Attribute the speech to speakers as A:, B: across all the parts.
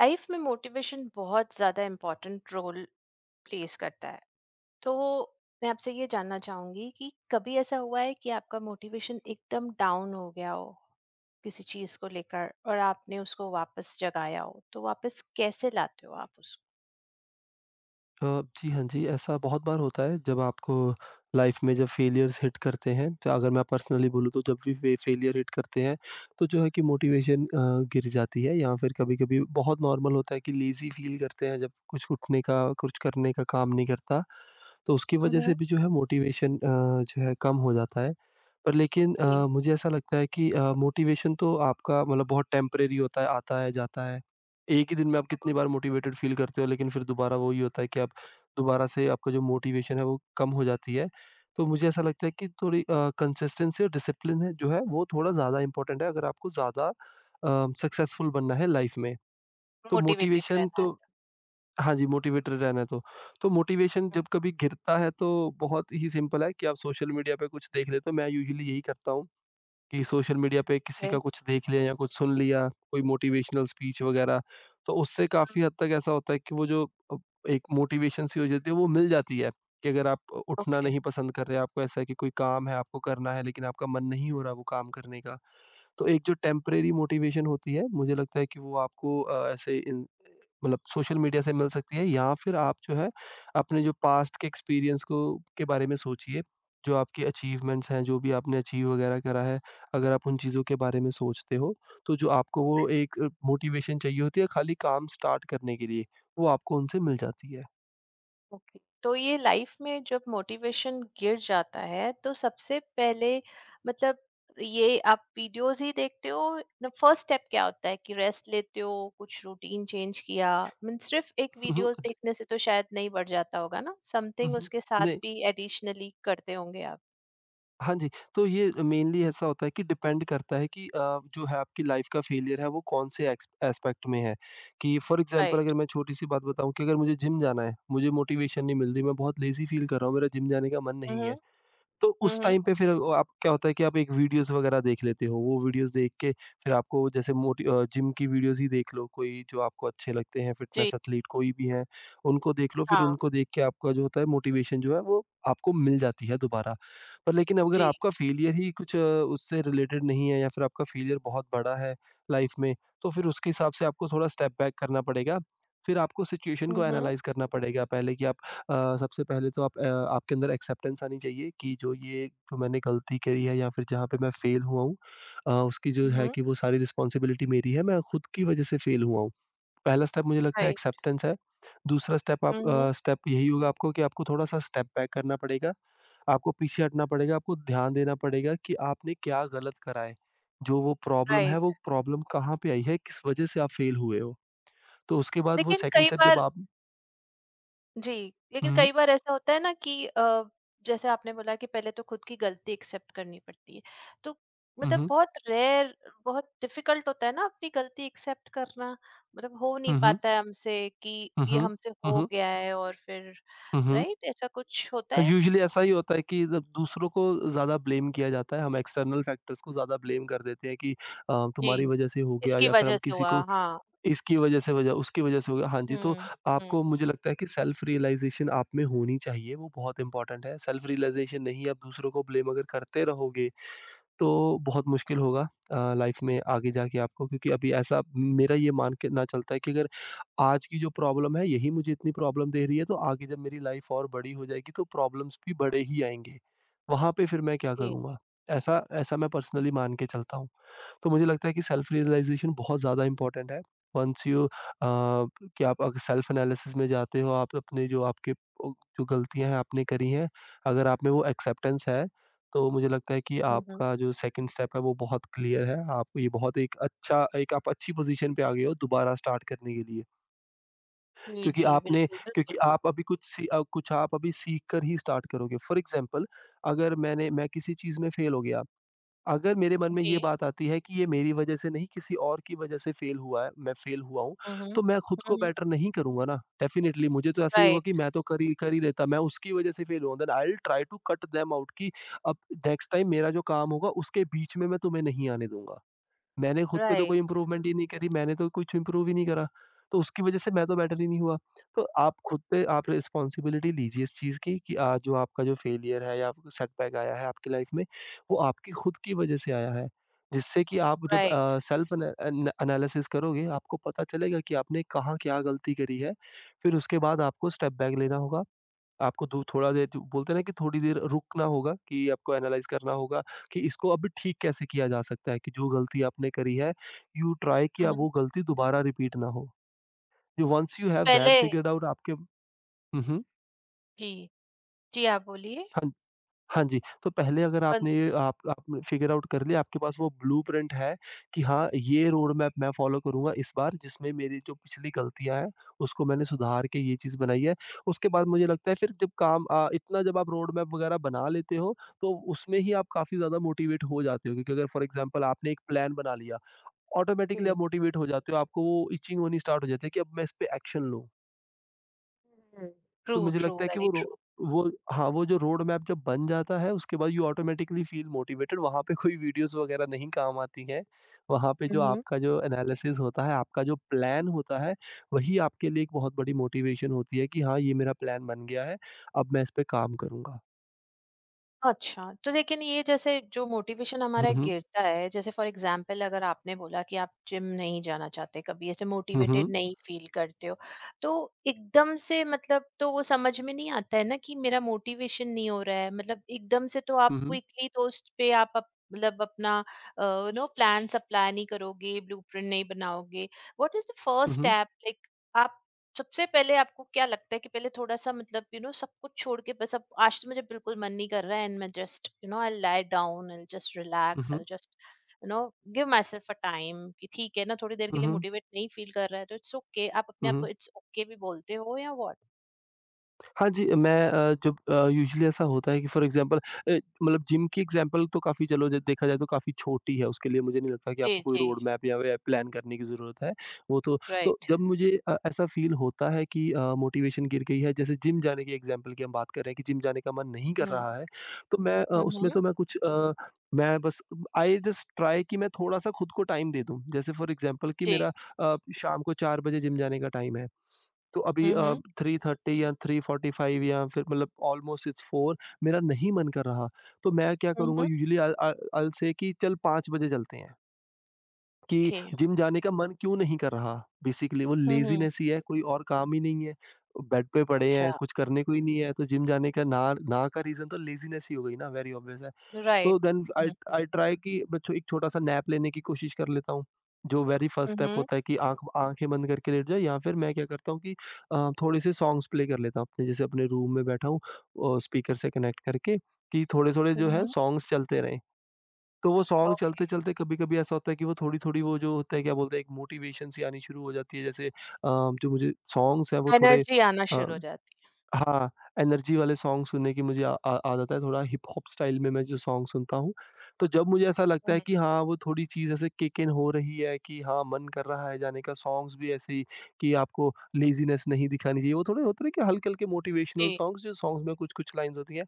A: Life में motivation बहुत ज्यादा इम्पोर्टेंट रोल प्लेस करता है। तो मैं आपसे ये जानना चाहूंगी कि कभी ऐसा हुआ है कि आपका मोटिवेशन एकदम डाउन हो गया हो किसी चीज को लेकर, और आपने उसको वापस जगाया हो? तो वापस कैसे लाते हो आप उसको?
B: अ, जी, हाँ जी, ऐसा बहुत बार होता है जब आपको लाइफ़ में जब फेलियर्स हिट करते हैं, तो अगर मैं पर्सनली बोलूँ तो जब भी फे फेलियर हिट करते हैं, तो जो है कि मोटिवेशन गिर जाती है या फिर कभी-कभी बहुत नॉर्मल होता है कि लेज़ी फ़ील करते हैं जब कुछ उठने का, कुछ करने का काम नहीं करता। तो उसकी वजह से
A: हम्म।
B: भी जो है मोटिवेशन जो है कम हो जाता है। पर लेकिन
A: जी,
B: अ, मुझे ऐसा लगता है कि मोटिवेशन तो आपका मतलब बहुत टेम्परेरी होता है, आता है, जाता है। एक ही दिन में आप कितनी बार मोटिवेटेड फ़ील करते हो लेकिन फिर दोबारा वही होता है कि आप दोबारा से आपका जो मोटिवेशन है वो कम हो जाती है। तो मुझे ऐसा लगता है कि थोड़ी कंसिस्टेंसी और डिसिप्लिन है जो है वो थोड़ा ज़्यादा इम्पोर्टेंट है अगर आपको ज़्यादा सक्सेसफुल बनना है लाइफ़ में। तो
A: मोटिवेटेड
B: मोटिवेशन
A: रहना
B: तो हाँ जी, मोटिवेटेड रहना है तो। तो मोटिवेशन जब कभी गिरता है तो बहुत ही सिंपल है कि आप सोशल मीडिया पे कुछ देख लेते हो, मैं यूजुअली यही करता हूँ कि सोशल मीडिया पे किसी
A: है।
B: का
A: ओके,
B: कुछ देख लिया या कुछ सुन लिया, कोई मोटिवेशनल स्पीच वगैरह, तो उससे काफ़ी हद तक ऐसा होता है कि वो जो अ, एक मोटिवेशन सी हो जाती है वो मिल जाती है कि अगर आप उठना
A: ओके,
B: नहीं पसंद कर रहे हैं, आपको ऐसा है कि कोई काम है, आपको करना है लेकिन आपका मन नहीं हो रहा वो काम करने का, तो एक जो टेम्परेरी मोटिवेशन होती है, मुझे लगता है कि वो आपको ऐसे इन मतलब सोशल मीडिया से मिल सकती है या फिर आप जो है, अपने जो पास्ट के एक्सपीरियंस को के बारे में सोचिए, जो आपकी अचीवमेंट्स हैं, जो भी आपने अचीव वगैरह करा है, अगर आप उन चीज़ों के बारे में सोचते हो, तो जो आपको वो एक मोटिवेशन चाहिए होती है खाली काम स्टार्ट करने के लिए, वो आपको उनसे मिल जाती है।
A: ओके। तो ये लाइफ में जब मोटिवेशन गिर जाता है तो सबसे पहले, मतलब, ये आप वीडियोस ही देखते हो ना? फर्स्ट स्टेप क्या होता है? कि रेस्ट लेते हो, कुछ रूटीन चेंज किया? मीन सिर्फ एक
B: हुँ, हुँ,
A: वीडियोस देखने से तो शायद नहीं बढ़ जाता होगा ना,
B: हुँ,
A: समथिंग
B: हुँ।
A: उसके साथ
B: नहीं
A: भी एडिशनली करते होंगे आप।
B: हाँ जी, तो ये मेनली ऐसा होता है कि डिपेंड करता है कि जो है आपकी लाइफ़ का फेलियर है वो कौन-से एक्स एस्पेक्ट में है। कि फॉर एग्ज़ाम्पल
A: राइट।
B: अगर मैं छोटी-सी बात बताऊँ कि अगर मुझे जिम जाना है, मुझे मोटिवेशन नहीं मिल रही, मैं बहुत लेज़ी फ़ील कर रहा हूँ, मेरा जिम जाने का मन नहीं
A: हम्म।
B: है। तो उस
A: हम्म।
B: टाइम पे फिर वो आप क्या होता है कि आप एक वीडियोस वगैरह देख लेते हो। वो वीडियोस देख के फिर आपको जैसे जिम की वीडियोस ही देख लो, कोई जो आपको अच्छे लगते हैं
A: जी।
B: फिटनेस एथलीट कोई भी हैं, उनको देख लो फिर
A: हाँ
B: उनको देख के आपका जो होता है मोटिवेशन जो है वो आपको मिल जाती है दोबारा। पर लेकिन अगर
A: जी।
B: आपका फेलियर ही कुछ उससे रिलेटेड नहीं है या फिर आपका फेलियर बहुत बड़ा है लाइफ में, तो फिर उसके हिसाब से आपको थोड़ा स्टेप बैक करना पड़ेगा। फिर आपको सिचुएशन को
A: हम्म।
B: एनालाइज़ करना पड़ेगा पहले कि आप सबसे पहले तो आपके अंदर एक्सेप्टेंस आनी चाहिए कि जो ये जो मैंने गलती करी है या फिर जहाँ पे मैं फेल हुआ हूँ उसकी जो है
A: हम्म।
B: कि वो सारी रिस्पॉन्सिबिलिटी मेरी है, मैं खुद की वजह से फेल हुआ हूँ। पहला स्टेप मुझे लगता है
A: राइट।
B: एक्सेप्टेंस है। दूसरा स्टेप आप
A: हम्म।
B: अ, स्टेप यही होगा आपको कि आपको थोड़ा-सा स्टेप बैक करना पड़ेगा, आपको पीछे हटना पड़ेगा, आपको ध्यान देना पड़ेगा कि आपने क्या गलत करा है। जो वो प्रॉब्लम है,
A: राइट,
B: वो प्रॉब्लम कहाँ पे आई है, किस वजह से आप फेल हुए हो। तो उसके बाद वो
A: लेकिन
B: सेकंड
A: कई
B: स्टेप जब
A: बार,
B: आप
A: जी, लेकिन
B: हुँ,
A: कई बार ऐसा होता है ना कि जैसे आपने बोला कि पहले तो खुद की गलती एक्सेप्ट करनी पड़ती है। तो,
B: हुँ,
A: मतलब,
B: हुँ,
A: बहुत रेयर, बहुत डिफिकल्ट होता है ना अपनी गलती एक्सेप्ट करना, मतलब हो नहीं
B: हुँ, हुँ,
A: पाता है हमसे कि
B: हुँ,
A: ये
B: हुँ,
A: हमसे हो
B: हुँ।
A: गया है। और फिर
B: हुँ, हुँ।
A: राइट, ऐसा कुछ होता है?
B: यूजुअली ऐसा ही होता है कि जब दूसरों को ज़्यादा ब्लेम किया जाता है, हम एक्सटर्नल फैक्टर्स को ज़्यादा ब्लेम कर देते हैं कि तुम्हारी
A: जी,
B: वज़ह से हो गया
A: इसकी
B: या फिर
A: वजह
B: हम
A: से
B: किसी
A: हुआ,
B: को
A: हाँ।
B: इसकी वज़ह से वज़ह उसकी वज़ह से हो गया। हाँ जी, तो
A: हुँ,
B: आपको
A: हुँ,
B: मुझे लगता है कि सेल्फ रियलाइज़ेशन आप में होनी चाहिए, वो बहुत इम्पोर्टेंट है। सेल्फ रियलाइज़ेशन नहीं आप दूसरों को ब्लेम अगर करते रहोगे तो बहुत मुश्किल होगा लाइफ में आगे जाके आपको क्योंकि अभी ऐसा मेरा ये मान के ना चलता है कि अगर आज की जो प्रॉब्लम है यही मुझे इतनी प्रॉब्लम दे रही है तो आगे जब मेरी लाइफ और बड़ी हो जाएगी तो प्रॉब्लम्स भी बड़े ही आएँगे। वहाँ पे फिर मैं क्या
A: जी,
B: करूँगा? ऐसा ऐसा मैं
A: जी,
B: पर्सनली मान के चलता हूँ। तो मुझे लगता है कि सेल्फ
A: जी।
B: रियलाइजेशन बहुत ज़्यादा इम्पोर्टेंट है। वन्स यू कि आप अगर सेल्फ एनालिसिस में जाते हो, आप अपने जो आपके ओ जो गलतियाँ हैं आपने करी हैं, अगर आप में वो एक्सेप्टेंस है, तो मुझे लगता है कि
A: हुँ, हुँ।
B: आपका जो सेकंड स्टेप है वो बहुत क्लियर है। आपको ये बहुत एक अच्छा एक आप अच्छी पोज़ीशन पे आ गए हो दोबारा स्टार्ट करने के लिए।
A: जी,
B: क्योंकि
A: जी,
B: आपने
A: बिल्कुल,
B: क्योंकि
A: बिल्कुल।
B: आप अभी कुछ आप अभी सीख कर ही स्टार्ट करोगे। फॉर एग्ज़ाम्पल अगर मैं किसी चीज़ में फेल हो गया अगर मेरे मन में
A: जी।
B: ये बात आती है कि ये मेरी वजह से नहीं किसी और की वजह से फेल हुआ है मैं फेल हुआ हूँ,
A: हुँ, हुँ।
B: तो मैं खुद को
A: हुँ, हुँ।
B: बेटर नहीं करूँगा ना, डेफ़िनिटली मुझे तो ऐसा ही होगा कि
A: राइट,
B: मैं तो कर ही लेता, मैं उसकी वजह से फेल हुआ then I will try to cut them out कि अब नेक्स्ट टाइम मेरा जो काम होगा उसके बीच में मैं तुम्हें नहीं आने दूँगा। मैंने खुद पे तो
A: राइट,
B: कोई इम्प्रूवमेंट ही नहीं करी, मैंने तो कुछ इम्प्रूव ही नहीं करा, तो उसकी वजह से मैं तो बेटर ही नहीं हुआ। तो आप खुद पे आप रिस्पॉन्सिबिलिटी लीजिए इस चीज़ की कि आज जो आपका जो फेलियर है या आपको सेटबैक आया है आपकी लाइफ में, वो आपकी खुद की वजह से आया है। जिससे कि आप जब
A: राइट।
B: सेल्फ एनालिसिस करोगे, आपको पता चलेगा कि आपने कहाँ क्या गलती करी है, फिर उसके बाद आपको स्टेप बैक लेना होगा आपको दो थोड़ा देर बोलते हैं ना कि थोड़ी देर रुकना होगा कि आपको एनालाइज करना होगा कि इसको अभी ठीक कैसे किया जा सकता है कि जो गलती आपने करी है, यू ट्राई कि
A: हुँ,
B: अब
A: हुँ।
B: वो गलती दोबारा रिपीट ना हो। जो वन्स यू हैव दैट
A: पहले
B: फिगर्ड आउट आपके हुँ, हुँ।
A: जी। जी, आप बोलिए।
B: हाँ हाँ जी, तो पहले अगर
A: बन
B: आपने ये आप आपने फ़िगर आउट कर लिया, आपके पास वो ब्लूप्रिंट है कि हाँ, ये रोड मैप मैं फ़ॉलो करूँगा इस बार जिसमें मेरी जो पिछली गलतियाँ हैं, उसको मैंने सुधार के ये चीज़ बनाई है। उसके बाद मुझे लगता है फिर जब इतना जब आप रोड मैप वगैरह बना लेते हो, तो उसमें ही आप काफ़ी ज़्यादा मोटिवेट हो जाते हो क्योंकि अगर फॉर एग्ज़ाम्पल आपने एक प्लान बना लिया, ऑटोमैटिकली आप
A: जी।
B: मोटिवेट हो जाते हो, आपको वो इचिंग होनी स्टार्ट हो जाती है कि अब मैं इस पे एक्शन लूँ।
A: हुँ। ट्रू,
B: तो मुझे
A: ट्रू,
B: लगता है कि
A: वेरी
B: वो रो
A: ट्रू।
B: वो हाँ, वो जो रोड मैप जब बन जाता है उसके बाद यू ऑटोमेटिकली फ़ील मोटिवेटेड वहाँ पे कोई वीडियोज़ वग़ैरह नहीं काम आती हैं। वहाँ पे
A: हुँ,
B: जो
A: हुँ।
B: आपका जो एनालिसिस होता है, आपका जो प्लान होता है, वही आपके लिए एक बहुत बड़ी मोटिवेशन होती है कि हाँ, ये मेरा प्लान बन गया है, अब मैं इस पे काम करूँगा।
A: अच्छा, तो लेकिन ये जैसे जो मोटिवेशन
B: हुँ,
A: हमारा
B: हुँ।
A: गिरता है, जैसे फॉर एग्ज़ाम्पल अगर आपने बोला कि आप जिम नहीं जाना चाहते कभी, ऐसे
B: हुँ,
A: मोटिवेटेड
B: हुँ।
A: नहीं फ़ील करते हो, तो एकदम से, मतलब, तो वो समझ में नहीं आता है ना कि मेरा मोटिवेशन नहीं हो रहा है, मतलब एकदम से तो आप
B: हुँ, हुँ।
A: क्विकली तो उस पे आप अप, मतलब अपना यू नो प्लान-सा प्लान ही करोगे, ब्लूप्रिंट नहीं बनाओगे। What is the first
B: hmm, hmm.
A: Step, like, आप सबसे पहले, आपको क्या लगता है कि पहले थोड़ा-सा, मतलब, यू नो, सब कुछ छोड़ के बस, अब आज तो मुझे बिल्कुल मन नहीं कर रहा है, एंड मैं just, you know, I will lie down, I will just
B: hmm,
A: relax, I
B: hmm.
A: Will just, you know, give myself a time कि ठीक है ना, थोड़ी देर के
B: हुँ,
A: लिए
B: हुँ।
A: मोटिवेट नहीं फील कर रहा है तो इट्स ओके okay। आप अपने
B: हुँ,
A: आप को
B: हुँ।
A: इट्स ओके okay भी बोलते हो या व्हाट?
B: हाँ जी, मैं अ, जब अ, यूजुअली ऐसा होता है कि फॉर एग्ज़ाम्पल मतलब जिम की एग्ज़ाम्पल तो काफ़ी चलो ज देखा जाए तो काफ़ी छोटी है, उसके लिए मुझे नहीं लगता कि
A: जी,
B: आपको कोई
A: जी,
B: रोड मैप या वे प्लान करने की ज़रूरत है। वो तो
A: राइट।
B: जब मुझे ऐसा फ़ील होता है कि मोटिवेशन गिर गई है, जैसे जिम जाने की एग्ज़ाम्पल की हम बात कर रहे हैं कि जिम जाने का मन नहीं कर
A: हुँ,
B: रहा है, तो
A: हुँ,
B: उसमें
A: हुँ,
B: तो मैं बस आई जस्ट ट्राई कि मैं थोड़ा-सा खुद को टाइम दे दूँ। जैसे फॉर एग्ज़ाम्पल कि
A: जी।
B: मेरा शाम को 4 बजे जिम जाने का टाइम है। तो अभी
A: हुँ,
B: अ,
A: हुँ,
B: 3:30 या 3:45 या फिर मतलब ऑलमोस्ट इट्स 4 मेरा नहीं मन कर रहा, तो मैं क्या
A: हुँ,
B: करूँगा
A: हुँ,
B: usually I I I will say कि चल 5 बजे चलते हैं, कि
A: ओके।
B: जिम जाने का मन क्यों नहीं कर रहा? बेसिकली वो
A: हुँ, हुँ,
B: लेज़ीनेस ही है, कोई और काम ही नहीं है। बेड पे पड़े
A: अच्छा,
B: हैं, कुछ करने को ही नहीं है, तो जिम जाने का ना ना का रीज़न तो लेज़ीनेस ही हो गई ना, वेरी ऑब्वियस है। तो
A: right.
B: Then I
A: hmm,
B: I try कि मैं छो एक छोटा-सा नैप लेने की कोशिश कर लेता हूँ। जो very first
A: hmm,
B: step
A: hmm,
B: होता है कि आँखें बंद करके लेट जाओ, या फिर मैं क्या करता हूँ कि थोड़े-से सॉन्ग्स प्ले कर लेता हूँ, अपने जैसे अपने रूम में बैठा हूँ, स्पीकर से कनेक्ट करके, कि थोड़े-थोड़े
A: हुँ,
B: जो है
A: हुँ,
B: सॉन्ग्स चलते रहें। तो वो सॉन्ग
A: ओके।
B: चलते-चलते कभी-कभी ऐसा होता है कि वो थोड़ी-थोड़ी वो जो होता है क्या बोलते हैं एक मोटिवेशन सी आनी शुरू हो जाती है, जैसे जो मुझे सॉन्ग्स हैं वो थोड़े
A: एनर्जी आना
B: अ
A: शुरू हो जाती
B: हाँ, एनर्जी वाले सॉन्ग सुनने की मुझे आ आ आदत है, थोड़ा हिप हॉप स्टाइल में मैं जो सॉन्ग सुनता हूँ, तो जब मुझे ऐसा
A: है।
B: लगता
A: हुँ,
B: है कि हाँ, वो थोड़ी चीज़ ऐसे किक इन हो रही है कि हाँ, मन कर रहा है जाने का, सॉन्ग्स भी ऐसे ही कि आपको लेज़ीनेस नहीं दिखानी चाहिए। वो थोड़े होते हैं ना कि हल्के-हल्के मोटिवेशनल
A: जी,
B: सॉन्ग्स, जो सॉन्ग्स में कुछ-कुछ लाइन्स होती हैं।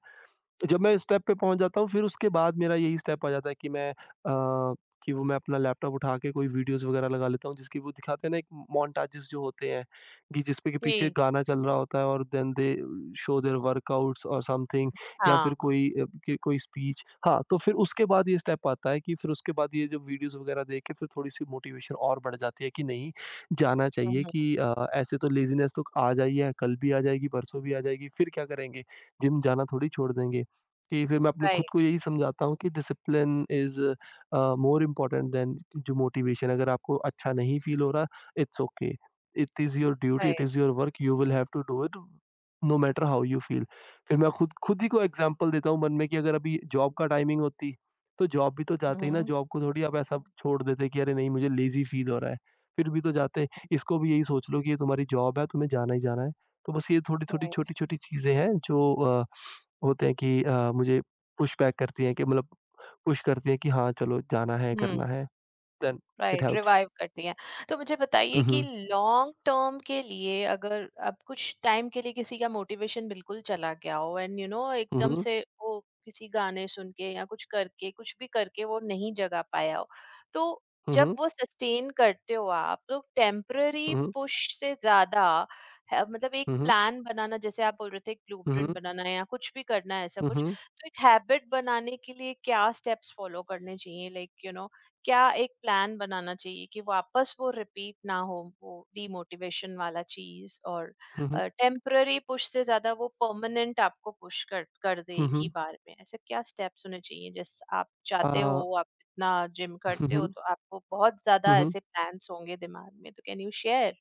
B: जब मैं इस स्टेप पे पहुँच जाता हूँ, फिर उसके बाद मेरा यही स्टेप आ जाता है कि कि वो मैं अपना लैपटॉप उठा के कोई वीडियोज़ वगैरह लगा लेता हूँ, जिसकी वो दिखाते हैं ना एक मोन्टाजेज़ जो होते हैं, कि जिसपे के पीछे
A: जी,
B: गाना चल रहा होता है, और then they show their workouts और समथिंग, या
A: हाँ,
B: फिर
A: हुँ,
B: कि कोई स्पीच। हाँ, तो फिर उसके बाद ये स्टेप आता है कि फिर उसके बाद ये जो वीडियोज़ वगैरह देख के फिर थोड़ी-सी मोटिवेशन और बढ़ जाती है कि नहीं, जाना चाहिए।
A: हुँ।
B: कि ऐसे तो लेज़ीनेस तो आज आई है, कल भी आ जाएगी, परसों भी आ जाएगी, फिर क्या करेंगे? जिम जाना थोड़ी छोड़ देंगे। कि फिर मैं अपने खुद
A: Right,
B: को यही समझाता हूँ कि discipline is more important than जो मोटिवेशन, अगर आपको अच्छा नहीं फ़ील हो रहा, it's okay. It is your duty, it
A: right.
B: Is your work, you will have to do it no matter how you feel. फिर मैं खुद खुद ही को एग्ज़ाम्पल देता हूँ मन में कि अगर अभी जॉब का टाइमिंग होती, तो जॉब भी तो जाते ही ना,
A: Mhm,
B: जॉब को थोड़ी आप ऐसा छोड़ देते कि अरे नहीं मुझे लेज़ी फ़ील हो रहा है। फिर भी तो जाते, इसको भी यही सोच लो कि ये तुम्हारी जॉब है, तुम्हें जाना ही जाना है। तो बस ये थोड़ी-थोड़ी
A: right.
B: छोटी-छोटी चीज़ें हैं जो होते हैं कि मुझे पुश बैक करती हैं, कि मतलब पुश करती हैं कि हाँ, चलो जाना है, करना
A: Hmm.
B: है, then it
A: right,
B: helps.
A: Revive करती हैं। तो मुझे बताइए
B: हुँ,
A: कि
B: हुँ।
A: लॉन्ग टर्म के लिए, अगर अब कुछ टाइम के लिए किसी का मोटिवेशन बिल्कुल चला गया हो, एंड यू नो
B: हुँ,
A: एकदम
B: हुँ।
A: से वो किसी गाने सुन के या कुछ करके, कुछ भी करके वो नहीं जगा पाया हो, तो जब
B: हुँ,
A: वो सस्टेन करते हो आप तो टेम्पररी
B: हुँ।
A: पुश से ज्यादा है- मतलब एक
B: हुँ, हुँ।
A: प्लान बनाना, जैसे आप बोल रहे थे एक
B: हुँ,
A: ब्लूप्रिंट
B: हुँ।
A: बनाना है, या कुछ भी करना है, ऐसा
B: हुँ,
A: कुछ।
B: हुँ।
A: तो एक हैबिट बनाने के लिए क्या स्टेप्स फॉलो करने चाहिए, लाइक यू नो, क्या एक प्लान बनाना चाहिए कि वापस वो रिपीट ना हो, वो डीमोटिवेशन वाला चीज, और
B: हुँ, हुँ। हुँ, हुँ।
A: टेम्पररी पुश से ज्यादा वो परमानेंट आपको पुश कर कर दे
B: हुँ,
A: एक ही
B: हुँ।
A: बार में, ऐसे क्या स्टेप्स होने चाहिए? जैसे आप चाहते हो,
B: अ,
A: आप इतना जिम
B: हुँ,
A: करते हो
B: हुँ।
A: तो आपको बहुत ज्यादा
B: हुँ, हुँ।
A: ऐसे प्लान्स होंगे दिमाग में, तो कैन यू शेयर।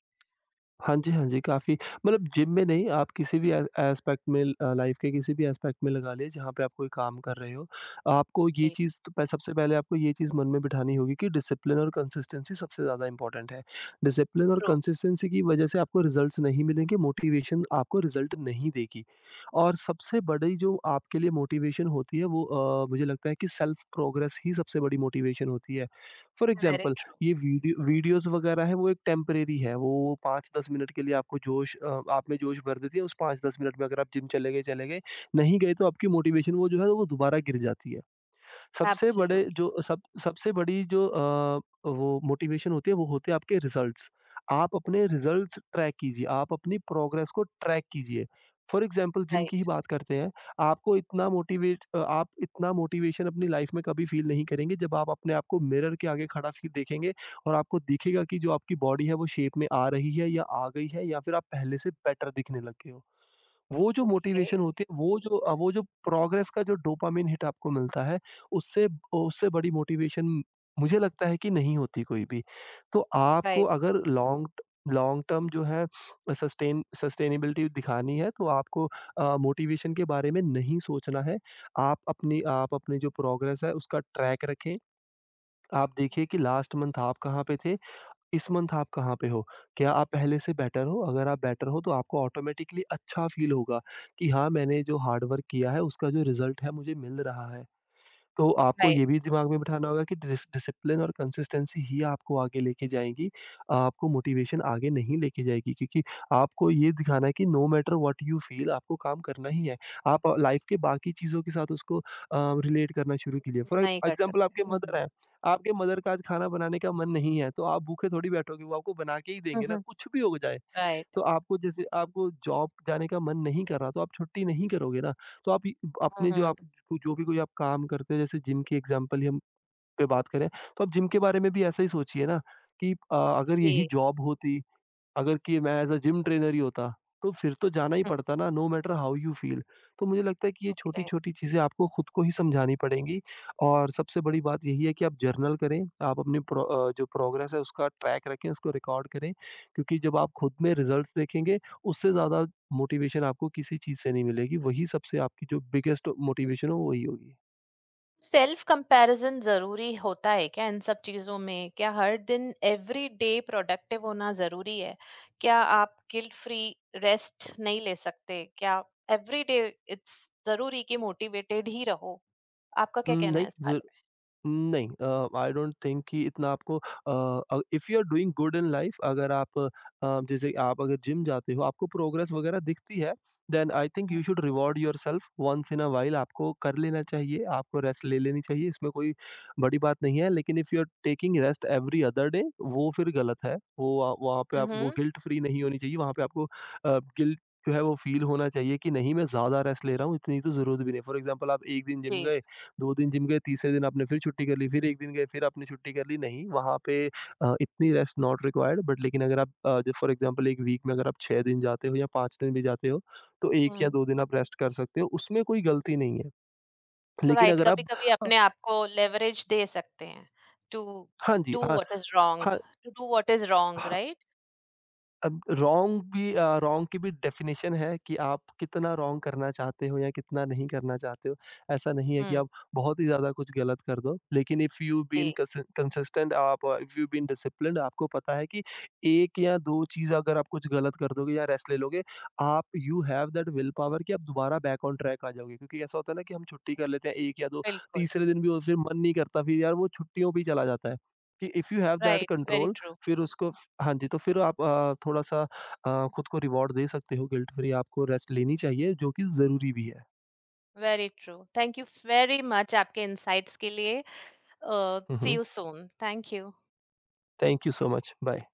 B: हाँ जी, हाँ जी, काफ़ी। मतलब जिम में नहीं, आप किसी भी ए एस्पेक्ट में, लाइफ़ के किसी भी एस्पेक्ट में लगा लें, जहाँ पे आप कोई काम कर रहे हो। आपको ये
A: जी।
B: चीज़ तो प सबसे पहले आपको ये चीज़ मन में बिठानी होगी कि डिसिप्लिन और कंसिस्टेंसी सबसे ज़्यादा इम्पोर्टेंट है। डिसिप्लिन और
A: ट्रू।
B: कंसिस्टेंसी की वजह से आपको रिज़ल्ट्स नहीं मिलेंगे, मोटिवेशन आपको रिज़ल्ट नहीं देगी। और सबसे बड़ी जो आपके लिए मोटिवेशन होती है, वो मुझे लगता है कि सेल्फ प्रोग्रेस ही सबसे बड़ी मोटिवेशन होती है। For
A: very
B: example,
A: true.
B: ये वीडियोज़ वगैरह है वो एक टेम्परेरी है, वो 5-10 मिनट के लिए आप में जोश भर देती है। उस 5-10 मिनट में अगर आप जिम चले गए, चले गए। नहीं गए तो आपकी मोटिवेशन वो जो है वो दोबारा गिर जाती है।
A: एब्सोल्युट।
B: सबसे बड़ी जो वो मोटिवेशन होती है वो होते हैं आपके रिजल्ट्स। आप अपने रिजल्ट्स ट्रैक कीजिए, आप अपनी प्रोग्रेस को ट्रैक कीजिए। फॉर एग्ज़ाम्पल, जिम की ही
A: राइट।
B: बात करते हैं, आपको इतना मोटिवेट अ, आप इतना मोटिवेशन अपनी लाइफ़ में कभी फ़ील नहीं करेंगे जब आप अपने आप को मिरर के आगे खड़ा फ़ील देखेंगे, और आपको दिखेगा कि जो आपकी बॉडी है वो शेप में आ रही है या आ गई है, या फिर आप पहले से बेटर दिखने लग गए हो। वो जो
A: ओके।
B: मोटिवेशन होती है, वो जो वो जो प्रोग्रेस का जो डोपामाइन हिट आपको मिलता है, उससे उससे बड़ी मोटिवेशन मुझे लगता है कि नहीं होती कोई भी। तो आपको
A: राइट।
B: अगर लॉन्ग लॉन्ग टर्म जो है सस्टेनेबिलिटी दिखानी है तो आपको मोटिवेशन के बारे में नहीं सोचना है। आप अपनी जो प्रोग्रेस है उसका ट्रैक रखें। आप देखिए कि लास्ट मंथ आप कहाँ पे थे? इस मंथ आप कहाँ पे हो? क्या आप पहले से बेटर हो? अगर आप बेटर हो तो आपको ऑटोमेटिकली अच्छा फ़ील होगा कि हाँ, मैंने जो हार्ड वर्क किया है उसका जो रिज़ल्ट है मुझे मिल रहा है। तो आपको
A: राइट
B: ये भी दिमाग में बिठाना होगा कि डिसिप्लिन और कंसिस्टेंसी ही आपको आगे लेके जाएँगी। आपको मोटिवेशन आगे नहीं लेके जाएगी, क्योंकि आपको ये दिखाना है कि no matter what you feel आपको काम करना ही है। आप लाइफ़ के बाकी चीज़ों के साथ उसको रिलेट करना शुरू कीजिए। फॉर
A: नहीं कर
B: एग्ज़ाम्पल, आपके
A: सकते। हम्म।
B: मदर हैं, आपके मदर का आज खाना बनाने का मन नहीं है, तो आप भूखे थोड़ी बैठोगे, वो आपको बना के ही देंगे ना,
A: हम्म।
B: कुछ भी हो जाए।
A: राइट।
B: तो आपको, जैसे आपको जॉब जाने का मन नहीं कर रहा, तो आप छुट्टी नहीं करोगे ना। तो आप इ अपने जो
A: हम्म।
B: आप जो भी कोई आप काम करते हो, जैसे जिम की एग्ज़ाम्पल ही हम पे बात करें, तो आप जिम के बारे में भी ऐसा ही सोचिए ना कि अगर यही
A: जी।
B: जॉब होती, अगर कि मैं एज़ अ जिम ट्रेनर ही होता, तो फिर तो जाना ही
A: हम्म,
B: पड़ता ना, no matter how you feel. तो मुझे लगता है कि ये
A: ओके।
B: छोटी-छोटी चीज़ें आपको खुद को ही समझानी पड़ेंगी, और सबसे बड़ी बात यही है कि आप जर्नल करें, आप अपनी जो प्रोग्रेस है उसका ट्रैक रखें, उसको रिकॉर्ड करें, क्योंकि जब आप खुद में रिज़ल्ट्स देखेंगे, उससे ज़्यादा मोटिवेशन आपको किसी चीज़ से नहीं मिलेगी। वही सबसे आपकी जो बिगेस्ट मोटिवेशन हो, वही होगी।
A: सेल्फ कंपैरिजन जरूरी होता है क्या इन सब चीजों में? क्या हर दिन, एवरी डे प्रोडक्टिव होना जरूरी है? क्या आप गिल्ट फ्री रेस्ट नहीं ले सकते क्या एवरी डे? इट्स जरूरी कि मोटिवेटेड ही रहो? आपका क्या कहना
B: नहीं,
A: है इस
B: ज़
A: बारे
B: नहीं आई डोंट थिंक कि इतना आपको, if you are doing good in life, अगर आप जैसे आप अगर जिम जाते हो आपको प्रोग्रेस वगैरह दिखती है, देन आई थिंक
A: में?
B: You should reward yourself once in a while, आपको कर लेना चाहिए, आपको रेस्ट ले लेनी चाहिए, इसमें कोई बड़ी बात नहीं है। लेकिन if you are taking rest every other day, वो फिर गलत है। वो वहाँ वहाँ पे आप वो
A: हम्म।
B: गिल्ट फ्री नहीं होनी चाहिए, वहाँ पे आपको गिल्ट जो है वो फील होना चाहिए कि नहीं, मैं ज़्यादा रेस्ट ले रहा हूँ, इतनी तो ज़रूरत भी नहीं। फॉर एग्जाम्पल आप एक दिन जिम
A: जी।
B: गए, 2 दिन जिम गए, तीसरे दिन आपने फिर छुट्टी कर ली, फिर 1 दिन गए, फिर आपने छुट्टी कर ली, नहीं, वहाँ पे इतनी रेस्ट नॉट रिक्वायर्ड, बट लेकिन अगर आप अ, ज फॉर एग्ज़ाम्पल 1 वीक में अगर आप 6 दिन जाते हो या 5 दिन भी जाते हो, तो 1 या
A: हम्म।
B: 2 दिन आप रेस्ट कर सकते हो, उसमें कोई गलती नहीं है।
A: तो
B: लेकिन
A: राइट,
B: अगर
A: कभी
B: आप
A: कभी
B: अ,
A: अपने आप को लेवरेज दे सकते हैं टू
B: हाँ जी,
A: डू
B: हाँ,
A: व्हाट इज रॉन्ग,
B: हाँ,
A: to do what is wrong,
B: हाँ।
A: राइट।
B: अब रॉन्ग की भी डेफिनेशन है कि आप कितना रॉन्ग करना चाहते हो या कितना नहीं करना चाहते हो। ऐसा नहीं है कि
A: हम्म।
B: आप बहुत ही ज़्यादा कुछ गलत कर दो। लेकिन इफ़ यू बीन
A: जी।
B: कंसिस्टेंट, आप इफ़ यू बीन डिसिप्लिन्ड, आपको पता है कि 1 या 2 चीज़ अगर आप कुछ गलत कर दोगे या रेस्ट ले लोगे, आप you have that willpower कि आप दोबारा बैक ऑन ट्रैक आ जाओगे। क्योंकि ऐसा होता है ना कि हम छुट्टी कर लेते हैं 1 या 2,
A: बिल्कुल।
B: तीसरे दिन भी वो फिर मन नहीं करता, फिर यार वो छुट्टियों पे ही चला जाता है। कि if you have that
A: right, very
B: control
A: true.
B: फिर उसको, हाँ जी, तो फिर आप थोड़ा-सा खुद को रिवॉर्ड दे सकते हो, गिल्ट फ्री आपको रेस्ट लेनी चाहिए, जो कि ज़रूरी भी है।
A: Very true, thank you very much आपके इंसाइट्स के लिए।
B: Hmm,
A: see
B: hmm.
A: You soon, thank you.
B: Thank you so much. Bye.